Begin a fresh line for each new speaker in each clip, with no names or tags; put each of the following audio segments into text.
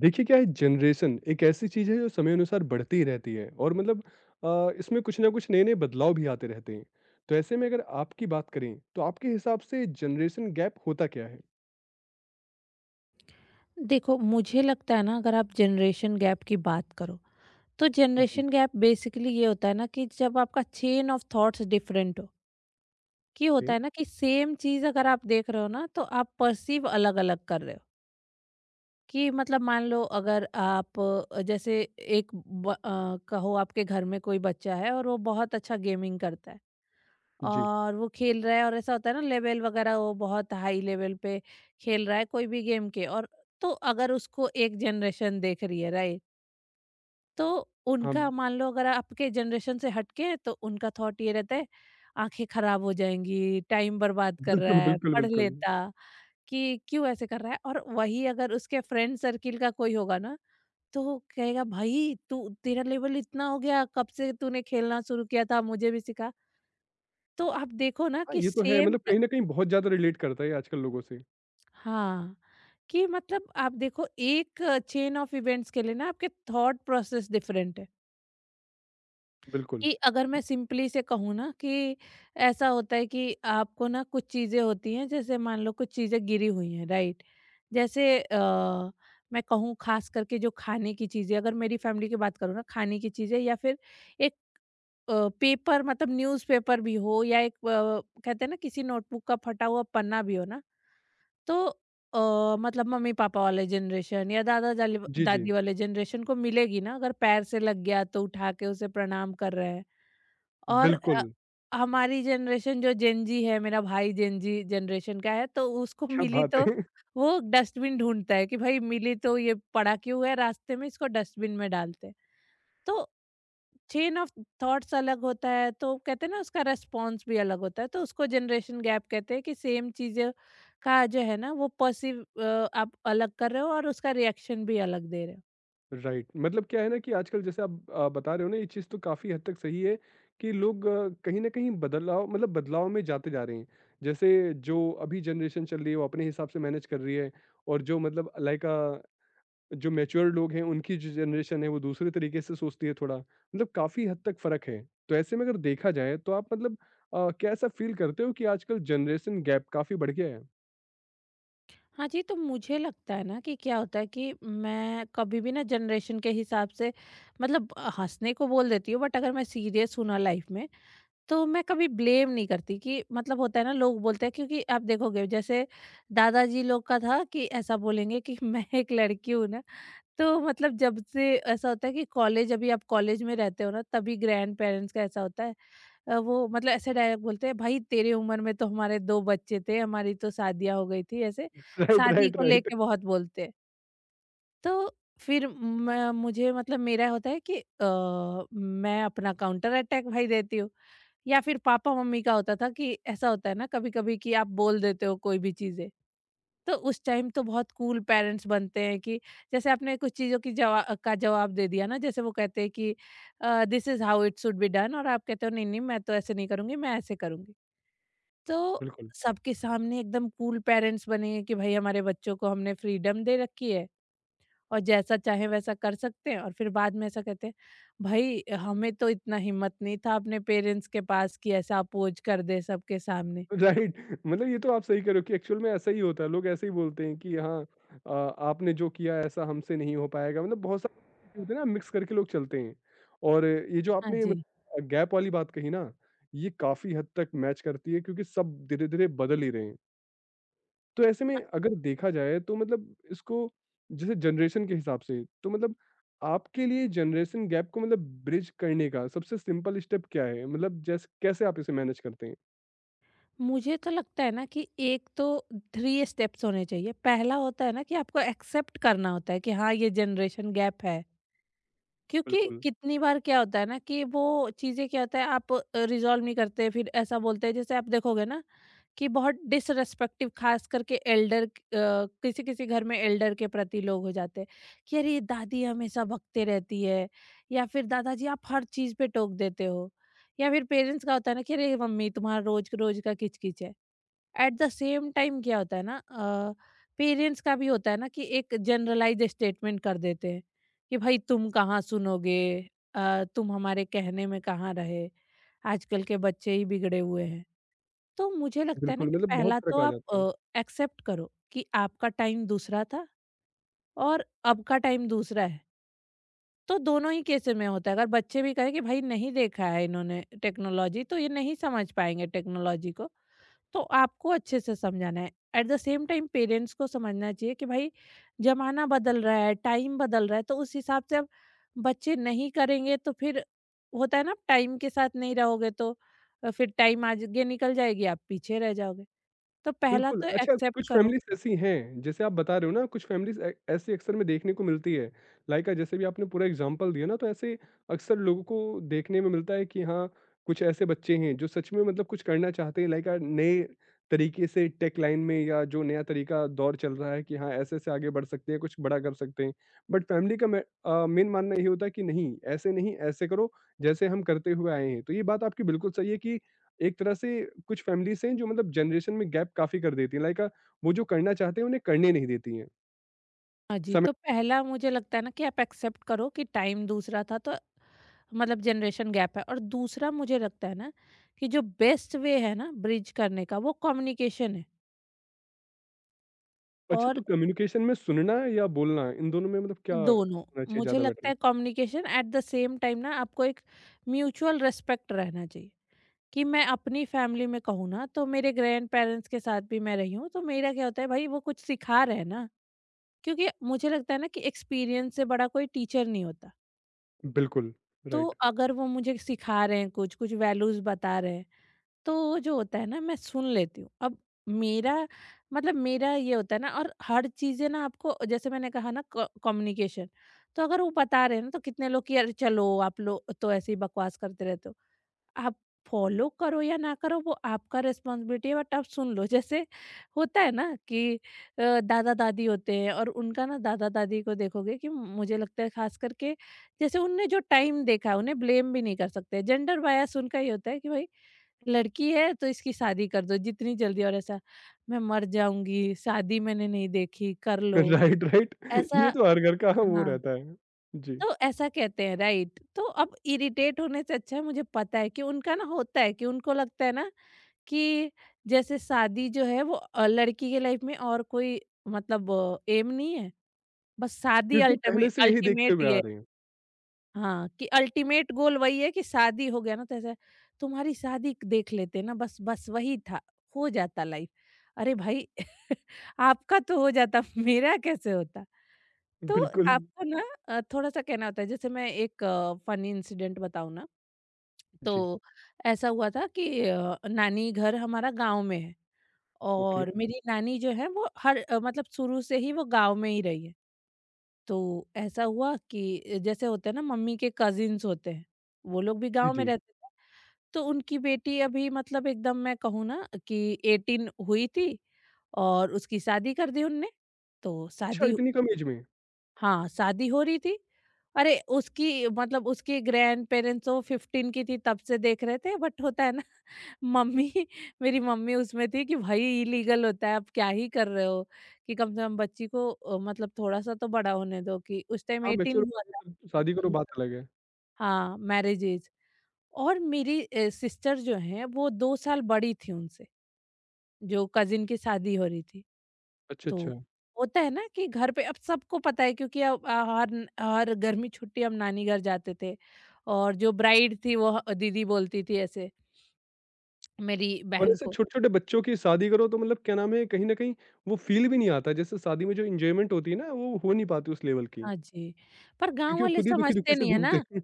देखिए क्या है जनरेशन एक ऐसी चीज है जो समय अनुसार बढ़ती ही रहती है। और इसमें कुछ ना कुछ नए नए बदलाव भी आते रहते हैं। तो ऐसे में अगर आपकी बात करें तो आपके हिसाब से जनरेशन गैप होता क्या है?
देखो, मुझे लगता है ना, अगर आप जनरेशन गैप की बात करो, तो
जी।
जनरेशन गैप बेसिकली ये होता है ना कि जब आपका चेन ऑफ थॉट्स डिफरेंट हो। कि होता
ओके।
है ना कि सेम चीज़ अगर आप देख रहे हो ना, तो आप पर्सीव अलग-अलग कर रहे हो। कि मतलब मान लो, अगर आप जैसे एक कहो, आपके घर में कोई बच्चा है और वो बहुत अच्छा गेमिंग करता है,
जी।
और वो खेल रहा है। और ऐसा होता है ना, लेवल वगैरह वो बहुत हाई लेवल पे खेल रहा है कोई भी गेम के। और तो अगर उसको एक जनरेशन देख रही है, राइट? तो
हाँ।
उनका, मान लो अगर आपके जनरेशन से हटके हैं, तो उनका थॉट ये रहता है, आंखें खराब हो जाएंगी, टाइम बर्बाद कर रहा
बिल्कुल,
है,
बिल्कुल,
पढ़
बिल्कुल।
लेता, कि क्यों ऐसे कर रहा है। और वही अगर उसके फ्रेंड सर्किल का कोई होगा ना, तो वो कहेगा, भाई तू, तेरा लेवल इतना हो गया, कब से तूने खेलना शुरू किया था, मुझे भी सिखा। तो आप देखो ना
हाँ
कि
ये तो है,
सेम
मतलब
ट
कहीं ना कहीं बहुत ज्यादा रिलेट करता है ये आजकल लोगों से।
हाँ। कि मतलब आप देखो, एक चेन ऑफ इवेंट्स के लिए ना आपके थॉट प्रोसेस डिफरेंट है।
बिल्कुल।
कि अगर
म-
मैं सिंपली से कहूँ ना, कि ऐसा होता है कि आपको ना कुछ चीज़ें होती हैं, जैसे मान लो कुछ चीज़ें गिरी हुई हैं, राइट। जैसे मैं कहूँ खास करके, जो खाने की चीज़ें, अगर मेरी फैमिली की बात करूँ ना, खाने की चीज़ें, या फिर एक पेपर मतलब न्यूज़पेपर भी हो, या एक कहते हैं ना, किसी नोटबुक का फटा हुआ पन्ना भी हो ना, तो मतलब मम्मी पापा वाले जनरेशन या दादा
जी जी।
दादी वाले जनरेशन को मिलेगी ना, अगर पैर से लग गया तो उठा के उसे प्रणाम कर रहे हैं। और
बिल्कुल।
हमारी जनरेशन जो जेन जी है, मेरा भाई जेन जी जनरेशन का है, तो उसको
क्या
मिली
बात
तो
है!
वो डस्टबिन ढूँढता है कि भाई मिली तो ये पड़ा क्यों है रास्ते में, इसको डस्टबिन में डालते हैं। तो चेन ऑफ थॉट्स अलग होता है, तो कहते हैं ना उसका रिस्पॉन्स भी अलग होता है, तो उसको जनरेशन गैप कहते हैं कि सेम चीज़ें का जो है ना वो पर्सीव आप अलग कर रहे हो और उसका रिएक्शन भी अलग दे रहे हो।
राइट, मतलब क्या है ना कि आजकल जैसे आप बता रहे हो ना, ये चीज़ तो काफ़ी हद तक सही है कि लोग कहीं ना कहीं बदलाव, बदलाव में जाते जा रहे हैं। जैसे जो अभी जनरेशन चल रही है वो अपने हिसाब से मैनेज कर रही है, और जो मतलब लाइक जो मैच्योर लोग हैं उनकी जो जनरेशन है वो दूसरे तरीके से सोचती है। थोड़ा मतलब काफ़ी हद तक फ़र्क है। तो ऐसे में अगर देखा जाए तो आप, मतलब क्या ऐसा फील करते हो कि आजकल जनरेशन गैप काफ़ी बढ़ गया है?
हाँ जी, तो मुझे लगता है ना कि क्या होता है कि मैं कभी भी ना जनरेशन के हिसाब से मतलब हँसने को बोल देती हूँ, बट अगर मैं सीरियस हूँ ना लाइफ में, तो मैं कभी ब्लेम नहीं करती कि, मतलब होता है ना लोग बोलते हैं, क्योंकि आप देखोगे जैसे दादाजी लोग का था कि ऐसा बोलेंगे कि मैं एक लड़की हूँ ना, तो मतलब जब से ऐसा होता है कि, कॉलेज, अभी आप कॉलेज में रहते हो ना, तभी ग्रैंड पेरेंट्स का ऐसा होता है, वो मतलब ऐसे डायलॉग बोलते हैं, भाई तेरी उम्र में तो हमारे 2 बच्चे थे, हमारी तो शादियाँ हो गई थी ऐसे,
राइट,
शादी
राइट,
को
राइट।
लेके बहुत बोलते हैं। तो फिर मैं, मुझे मतलब मेरा होता है कि मैं अपना काउंटर अटैक भाई देती हूँ। या फिर पापा-मम्मी का होता था, कि ऐसा होता है ना कभी-कभी कि आप बोल देते हो कोई भी चीज़ें, तो उस टाइम तो बहुत कूल पेरेंट्स बनते हैं कि, जैसे आपने कुछ चीज़ों की जवा का जवाब दे दिया ना, जैसे वो कहते हैं कि "this is how it should be done", और आप कहते हो नहीं-नहीं, मैं तो ऐसे नहीं करूँगी, मैं ऐसे करूँगी। तो
बिल्कुल।
सबके सामने एकदम कूल पेरेंट्स बने कि भाई हमारे बच्चों को हमने फ्रीडम दे रखी है, और जैसा चाहे वैसा कर सकते हैं। और फिर बाद में ऐसा कहते हैं, भाई हमें तो इतना हिम्मत नहीं था अपने पेरेंट्स के पास कि ऐसा अपोज कर दे सबके सामने।
राइट, मतलब ये तो आप सही कह रहे हो कि एक्चुअल में ऐसा ही होता है। लोग ऐसे ही बोलते हैं कि हाँ, आपने जो किया ऐसा हमसे नहीं हो पाएगा। मतलब बहुत सारे होते हैं ना, मिक्स करके लोग चलते हैं। और ये जो
हाँ
आपने
जी
मतलब गैप वाली बात कही ना, ये काफी हद तक मैच करती है, क्योंकि सब धीरे धीरे बदल ही रहे हैं। तो ऐसे में
हाँ,
अगर देखा जाए तो मतलब इसको, जैसे जनरेशन के हिसाब से, तो मतलब आपके लिए जनरेशन गैप को मतलब ब्रिज करने का सबसे सिंपल स्टेप क्या है? मतलब जैसे कैसे आप इसे मैनेज करते हैं?
मुझे तो लगता है ना कि एक तो थ्री स्टेप्स होने चाहिए। पहला होता है ना कि आपको एक्सेप्ट करना होता है कि हाँ, ये जनरेशन गैप है। क्योंकि
बिल्कुल।
कितनी बार क्या होता है ना कि वो चीजें, क्या होता है, आप रिजॉल्व नहीं करते, फिर ऐसा बोलते हैं, जैसे आप देखोगे ना कि बहुत डिसरिस्पेक्टिव खास करके एल्डर, किसी किसी घर में एल्डर के प्रति लोग हो जाते हैं कि, अरे ये दादी हमेशा भगते रहती है, या फिर दादाजी आप हर चीज़ पे टोक देते हो, या फिर पेरेंट्स का होता है ना कि अरे मम्मी तुम्हारा रोज रोज का किचकिच है। एट द सेम टाइम क्या होता है ना, पेरेंट्स का भी होता है ना कि एक जनरलाइज स्टेटमेंट कर देते हैं कि भाई तुम कहाँ सुनोगे, तुम हमारे कहने में कहाँ रहे, आजकल के बच्चे ही बिगड़े हुए हैं। तो मुझे लगता है ना
बिल्कुल,
कि
मतलब बहुत
पहला
फ़र्क
तो
आ जाता है।
आप एक्सेप्ट करो कि आपका टाइम दूसरा था और अब का टाइम दूसरा है। तो दोनों ही केसेस में होता है। अगर बच्चे भी कहें कि भाई, नहीं देखा है इन्होंने टेक्नोलॉजी, तो ये नहीं समझ पाएँगे टेक्नोलॉजी को, तो आपको अच्छे से समझाना है। At the same time parents को समझना चाहिए कि भाई ज़माना बदल रहा है, टाइम बदल रहा है, तो उस हिसाब से अब बच्चे नहीं करेंगे तो फिर होता है ना, टाइम के साथ नहीं रहोगे तो फिर टाइम आगे निकल जाएगी, आप पीछे रह जाओगे। तो पहला
बिल्कुल,
तो
अच्छा
एक्सेप्ट
कुछ
करो।
फैमिलीज़ ऐसी हैं, जैसे आप बता रहे हो ना, कुछ फैमिलीज़ ए ऐसी अक्सर में देखने को मिलती है। लाइक जैसे भी आपने पूरा एग्ज़ाम्पल दिया ना, तो ऐसे अक्सर लोगों को देखने में मिलता है कि हाँ, कुछ ऐसे बच्चे हैं जो सच में मतलब कुछ करना चाहते हैं, लाइक नए तरीके से टेक लाइन में, या जो नया तरीका दौर चल रहा है कि हाँ, ऐसे-ऐसे आगे बढ़ सकते हैं, कुछ बड़ा कर सकते हैं। बट फैमिली का मैं, मेन मानना ये होता है कि नहीं, ऐसे नहीं, ऐसे करो जैसे हम करते हुए आए हैं। तो ये बात आपकी बिल्कुल सही है कि एक तरह से कुछ फैमिलीज़ हैं जो मतलब जनरेशन में गैप काफ़ी कर देती हैं, लाइक वो जो करना चाहते हैं उन्हें करने नहीं देती हैं।
हाँ जी,
समय।
तो पहला मुझे लगता है ना कि आप एक्सेप्ट करो कि टाइम दूसरा था, तो मतलब जनरेशन गैप है। और दूसरा मुझे लगता है ना कि जो बेस्ट वे है ना ब्रिज करने का, वो कम्युनिकेशन है।
अच्छा,
और
तो कम्युनिकेशन में सुनना या बोलना, इन दोनों में मतलब क्या
दोनों।
होना चाहिए
मुझे
ज़्यादा
लगता
बेटर?
है communication, at the same time ना आपको एक म्यूचुअल रिस्पेक्ट रहना चाहिए, कि मैं अपनी फैमिली में कहूँ ना, तो मेरे ग्रैंड पेरेंट्स के साथ भी मैं रही हूँ, तो मेरा क्या होता है भाई, वो कुछ सिखा रहे हैं ना, क्योंकि मुझे लगता है ना कि एक्सपीरियंस से बड़ा कोई टीचर नहीं होता।
बिल्कुल।
तो
राइट।
अगर वो मुझे सिखा रहे हैं, कुछ कुछ वैल्यूज बता रहे हैं, तो वो जो होता है ना, मैं सुन लेती हूँ। अब मेरा, मतलब मेरा ये होता है ना, और हर चीजें ना आपको, जैसे मैंने कहा ना, कम्युनिकेशन, तो अगर वो बता रहे हैं ना, तो कितने लोग कि, यार चलो आप लोग तो ऐसे ही बकवास करते रहते हो। आप फॉलो करो या ना करो वो आपका रिस्पॉन्सिबिलिटी है, बट आप सुन लो, जैसे होता है ना कि दादा दादी होते हैं, और उनका ना दादा दादी को देखोगे कि, मुझे लगता है खास करके, जैसे उनने जो टाइम देखा है, उन्हें ब्लेम भी नहीं कर सकते। जेंडर बायस उनका ही होता है कि भाई लड़की है तो इसकी शादी कर दो जितनी जल्दी, और ऐसा, मैं मर जाऊंगी, शादी मैंने नहीं देखी, कर लो,
राइट, राइट।
ऐसा।
ये तो हर घर का वो
हाँ।
रहता है। जी।
तो ऐसा कहते हैं, राइट, तो अब इरिटेट होने से अच्छा है, मुझे पता है कि उनका ना होता है कि उनको लगता है ना कि जैसे शादी जो है वो लड़की के लाइफ में और कोई मतलब एम नहीं है, बस शादी,
क्योंकि पहले
अल्टीमेट
से यही देखते
अल्टीमेट
हुए
ये
आ
है।
रहे हैं।
हाँ कि अल्टीमेट गोल वही है कि शादी हो गया ना, तो ऐसा, तुम्हारी शादी देख लेते ना, बस बस वही था, हो जाता लाइफ। अरे भाई आपका तो हो जाता, मेरा कैसे होता? तो
बिल्कुल।
आपको ना थोड़ा-सा कहना होता है, जैसे मैं एक फनी इंसिडेंट बताऊँ ना,
जी।
तो ऐसा हुआ था कि नानी घर हमारा गाँव में है,
ओके।
और मेरी नानी जो है वो मतलब शुरू से ही वो गाँव में ही रही है। तो ऐसा हुआ कि जैसे होता है ना मम्मी के कज़िन्स होते हैं, वो लोग भी
जी,
गाँव में
जी।
रहते थे। तो उनकी बेटी अभी मतलब एकदम, मैं कहूँ ना कि 18 हुई थी, और उसकी शादी कर दी उनने। तो
अच्छा,
शादी।
इतनी कम ऐज में?
हाँ, शादी हो रही थी। अरे! उसकी मतलब उसके ग्रैंडपेरेंट्स वो 15 की थी तब से देख रहे थे, बट होता है ना मम्मी मेरी मम्मी उसमें थी कि भई इलीगल होता है, आप क्या ही कर रहे हो? कि कम से कम बच्ची को मतलब थोड़ा-सा तो बड़ा होने दो कि उस
हाँ,
टाइम
मैच्योर
18 हुआ
हो गए
था।
तब तो शादी करो
हम्म।
बात अलग है।
हाँ, मैरिज ऐज। और मेरी सिस्टर जो हैं वो 2 साल बड़ी थी उनसे, जो कज़िन की शादी हो रही थी।
अच्छा,
तो
अच्छा।
होता है ना कि घर पे अब सबको पता है क्योंकि अब हर हर गर्मी छुट्टी हम नानी घर जाते थे और जो ब्राइड थी वो दीदी बोलती थी ऐसे मेरी
और
बहन
ऐसे
को।
छोटे-छोटे बच्चों की शादी करो, तो मतलब क्या नाम है, कहीं न कहीं वो फ़ील भी नहीं आता। जैसे शादी में जो एन्जॉयमेंट होती है ना, वो हो नहीं पाती उस लेवल की,
हाँ जी। पर गांव
क्योंकि वो
वाले
खुद ही दुखी-दुखी
समझते
से
नहीं है
घूमते
ना।
हैं।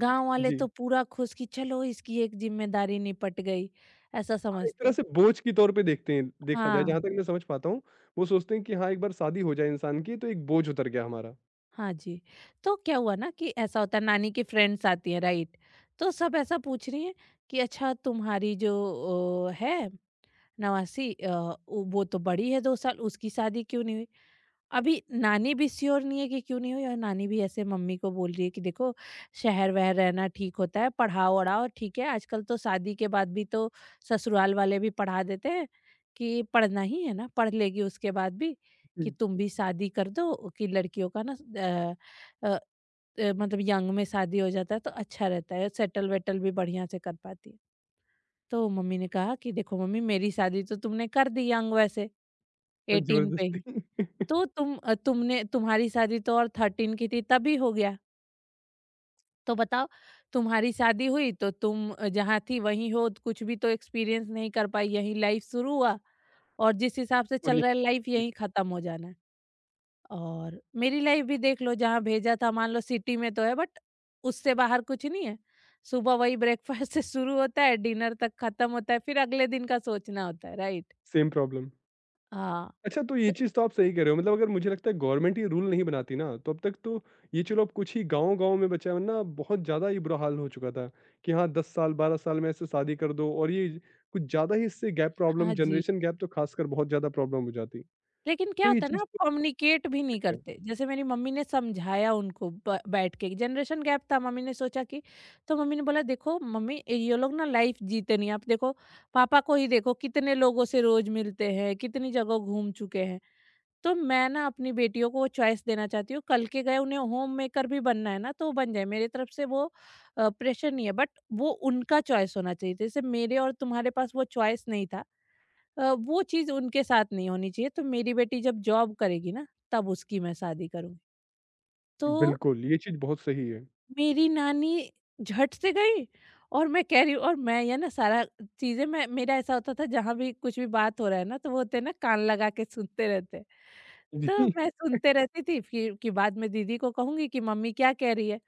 गांव वाले
जी।
तो पूरा खुश कि चलो इसकी एक जिम्मेदारी निपट गई ऐसा
हाँ, एक
समझते
तरह
हैं।
से बोझ के तौर पे देखते हैं, देखा जाए,
हाँ।
जहाँ तक मैं समझ पाता हूँ, वो सोचते हैं कि हाँ, एक बार शादी हो जाए इंसान की, तो एक बोझ उतर गया हमारा।
हाँ जी। तो क्या हुआ ना कि ऐसा होता है नानी की फ्रेंड्स आती हैं, राइट? तो सब ऐसा पूछ रही हैं कि अच्छा तुम्हारी जो है नवासी, वो तो बड़ी है 2 साल, उसकी शादी क्यों नहीं हुई? अभी नानी भी श्योर नहीं है कि क्यों नहीं हुई और नानी भी ऐसे मम्मी को बोल रही है कि देखो, शहर वहर रहना ठीक होता है, पढ़ाओ वढ़ाओ ठीक है, आजकल तो शादी के बाद भी तो ससुराल वाले भी पढ़ा देते हैं, कि पढ़ना ही है ना पढ़ लेगी उसके बाद भी, कि
जी।
तुम भी शादी कर दो, कि लड़कियों का ना अ, मतलब यंग में शादी हो जाता है तो अच्छा रहता है, सेटल वेटल भी बढ़िया से कर पाती है। तो मम्मी ने कहा कि देखो मम्मी, मेरी शादी तो तुमने कर दी यंग, वैसे
हाँ,
18 पे
ज़बरदस्ती।
ही। तो तुमने, तुम्हारी शादी तो और 13 की थी तभी हो गया, तो बताओ, तुम्हारी शादी हुई तो तुम जहाँ थी वहीं हो, तो कुछ भी तो एक्सपीरियंस नहीं कर पाई, यहीं लाइफ शुरू हुआ और जिस हिसाब से
और
चल
ये
रहा है लाइफ यहीं खत्म हो जाना है। और मेरी लाइफ भी देख लो, जहाँ भेजा था, मान लो सिटी में तो है बट उससे बाहर कुछ नहीं है। सुबह वही ब्रेकफास्ट से शुरू होता है, डिनर तक खत्म होता है, फिर अगले दिन का सोचना होता है, राइट?
Same problem.
हाँ,
अच्छा, तो ये
त
चीज़ तो आप सही कह रहे हो। मतलब अगर मुझे लगता है गवर्नमेंट ये रूल नहीं बनाती ना, तो अब तक तो ये, चलो अब कुछ ही गाँव-गाँव में बचा है, वरना बहुत ज़्यादा ये बुरा हाल हो चुका था कि हाँ, 10 साल, 12 साल में ऐसे शादी कर दो, और ये कुछ ज़्यादा ही इससे गैप प्रॉब्लम,
हाँ जी।
जनरेशन गैप तो खासकर बहुत ज़्यादा प्रॉब्लम हो जाती।
लेकिन क्या
तो ये
होता है ना,
चीज़
आप
तो
कम्युनिकेट भी नहीं
correct है।
करते। जैसे मेरी मम्मी ने समझाया उनको, ब बैठ के। जनरेशन गैप था, मम्मी ने सोचा कि, तो मम्मी ने बोला देखो मम्मी, ये लोग ना लाइफ़ जीते नहीं, आप देखो पापा को ही, देखो कितने लोगों से रोज़ मिलते हैं, कितनी जगह घूम चुके हैं। तो मैं ना अपनी बेटियों को वो चॉइस देना चाहती हूँ, कल के गए उन्हें होम मेकर भी बनना है ना तो वो बन जाए, मेरी तरफ से वो प्रेशर नहीं है, बट वो उनका चॉइस होना चाहिए। जैसे मेरे और तुम्हारे पास वो चॉइस नहीं था, वो चीज़ उनके साथ नहीं होनी चाहिए, तो मेरी बेटी जब जॉब करेगी ना तब उसकी मैं शादी करूंगी। तो
बिल्कुल, ये चीज़ बहुत सही है।
मेरी नानी झट से गई, और मैं कह रही हूँ, और मैं ये ना सारा चीजें, मैं मेरा ऐसा होता था जहां भी कुछ भी बात हो रहा है ना तो वो होते हैं ना कान लगा के सुनते रहते हैं। तो
जी।
मैं सुनते रहती थी, फिर कि बाद में दीदी को कहूंगी कि मम्मी क्या कह रही है।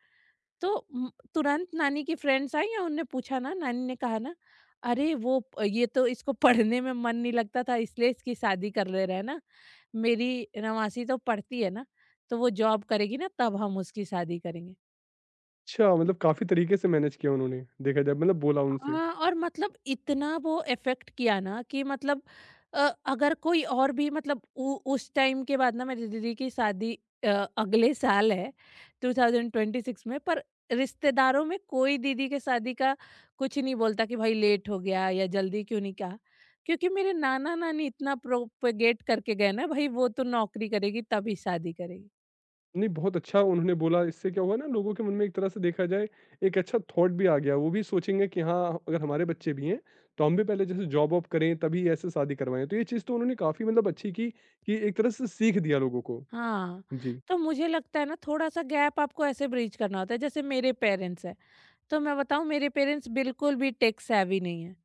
तो तुरंत नानी की फ्रेंड्स आई और उनने पूछा ना, नानी ने कहा ना, अरे वो ये तो इसको पढ़ने में मन नहीं लगता था इसलिए इसकी शादी कर ले रहे हैं ना, मेरी नवासी तो पढ़ती है ना, तो वो जॉब करेगी ना तब हम उसकी शादी करेंगे।
अच्छा, मतलब काफ़ी तरीके से मैनेज किया उन्होंने, देखा जाए, मतलब बोला उनसे।
हाँ, और मतलब इतना वो इफ़ेक्ट किया ना कि मतलब अगर कोई और भी, मतलब उ उस टाइम के बाद ना मेरी दीदी की शादी अ, अगले साल है, 2026 में, पर रिश्तेदारों में कोई दीदी के शादी का कुछ नहीं बोलता कि भाई लेट हो गया या जल्दी क्यों नहीं कहा, क्योंकि मेरे नाना-नानी इतना प्रोपेगेट करके गए ना, भाई वो तो नौकरी करेगी तभी शादी करेगी।
नहीं, बहुत अच्छा उन्होंने बोला। इससे क्या हुआ ना, लोगों के मन में एक तरह से देखा जाए, एक अच्छा थॉट भी आ गया। वो भी सोचेंगे कि हाँ, अगर हमारे बच्चे भी हैं, तो हम भी पहले जैसे जॉब वॉब करें, तभी ऐसे शादी करवाएँ। तो ये चीज़ तो उन्होंने काफ़ी मतलब अच्छी की, कि एक तरह से सीख दिया लोगों को।
हाँ,
जी।
तो मुझे लगता है ना थोड़ा-सा गैप आपको ऐसे ब्रीच करना होता है, जैसे मेरे पेरेंट्स हैं, तो मैं बताऊँ, मेरे पेरेंट्स बिल्कुल भी टेक सेवी नहीं हैं,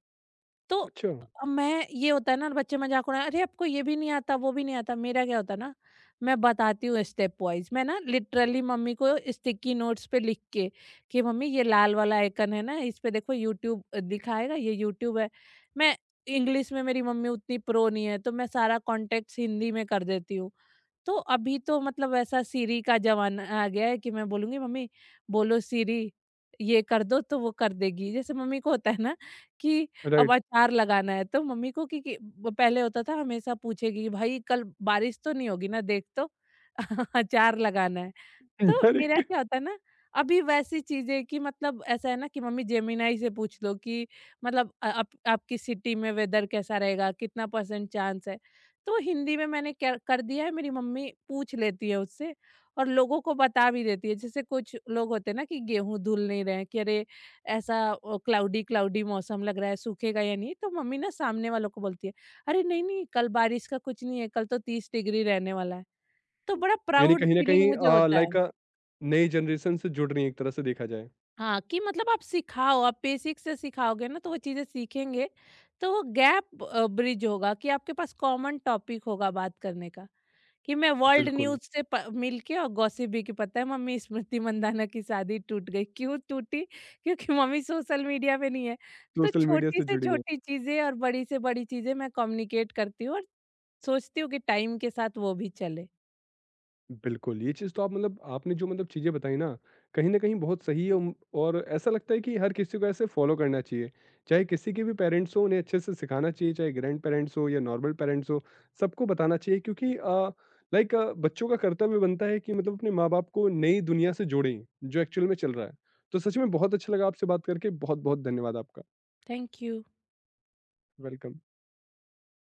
तो
अच्छा,
मैं, ये होता है ना बच्चे मज़ाक उड़ाएँ, "अरे! आपको ये भी नहीं आता, वो भी नहीं आता।" मेरा क्या होता है ना, मैं बताती हूँ स्टेप वाइज़, मैं ना लिटरली मम्मी को स्टिकी नोट्स पे लिख के कि मम्मी ये लाल वाला आइकन है ना, इस पे देखो यूट्यूब दिखाएगा, ये यूट्यूब है। मैं इंग्लिश में मेरी मम्मी उतनी प्रो नहीं है, तो मैं सारा कॉन्टेक्ट्स हिंदी में कर देती हूँ। तो अभी तो मतलब ऐसा सीरी का ज़माना आ गया है कि मैं बोलूँगी मम्मी, बोलो सीरी ये कर दो, तो वो कर देगी। जैसे मम्मी को होता है ना कि अब
राइट।
अचार लगाना है तो मम्मी को कि ब पहले होता था हमेशा पूछेगी, भाई कल बारिश तो नहीं होगी ना, देख तो अचार लगाना है। तो
इनडायरेक्ट।
मेरा क्या होता है ना, अभी वैसी चीज़ें, कि मतलब ऐसा है ना कि मम्मी जेमिनाई से पूछ लो कि मतलब आप आपकी सिटी में वेदर कैसा रहेगा, कितना परसेंट चांस है। तो हिंदी में मैंने क्या कर दिया है, मेरी मम्मी पूछ लेती है उससे और लोगों को बता भी देती है। जैसे कुछ लोग होते हैं ना कि गेहूँ धुल नहीं रहे हैं, कि अरे ऐसा क्लाउडी-क्लाउडी मौसम लग रहा है, सूखेगा या नहीं? तो मम्मी ना सामने वालों को बोलती है, "अरे नहीं-नहीं, कल बारिश का कुछ नहीं है, कल तो 30 डिग्री रहने वाला है।" तो बड़ा
यानी
प्राउड
कहीं न
फीलिंग
कहीं
मुझे होता है।
लाइक नई जनरेशन से जुड़ रही हैं, एक तरह से देखा जाए।
हाँ, कि मतलब आप सिखाओ, आप बेसिक से सिखाओगे ना तो वो चीज़ें सीखेंगे, तो वो गैप ब्रिज होगा, कि आपके पास कॉमन टॉपिक होगा बात करने का, कि मैं वर्ल्ड
बिल्कुल।
न्यूज़ से प मिलके, और गॉसिप भी, कि पता है मम्मी स्मृति मंदाना की शादी टूट गई, क्यों टूटी? क्योंकि मम्मी सोशल मीडिया पे नहीं है। तो
सोशल मीडिया
छोटी
से
से
जुड़ी हैं।
छोटी चीज़ें और बड़ी से बड़ी चीज़ें मैं कम्युनिकेट करती हूँ और सोचती हूँ कि टाइम के साथ वो भी चले।
बिल्कुल, ये चीज़ तो आप, मतलब आपने जो मतलब चीज़ें बताई ना, कहीं न कहीं बहुत सही है। और ऐसा लगता है कि हर किसी को ऐसे फॉलो करना चाहिए। चाहे किसी के भी पेरेंट्स हों, उन्हें अच्छे से सिखाना चाहिए। चाहे ग्रैंड-पेरेंट्स हों या नॉर्मल पेरेंट्स हों, सबको बताना चाहिए, क्योंकि लाइक बच्चों का कर्तव्य बनता है कि मतलब अपने माँ-बाप को नई दुनिया से जोड़ें, जो एक्चुअल में चल रहा है। तो सच में बहुत अच्छा लगा आपसे बात करके। बहुत-बहुत धन्यवाद आपका।
Thank you।
वेलकम।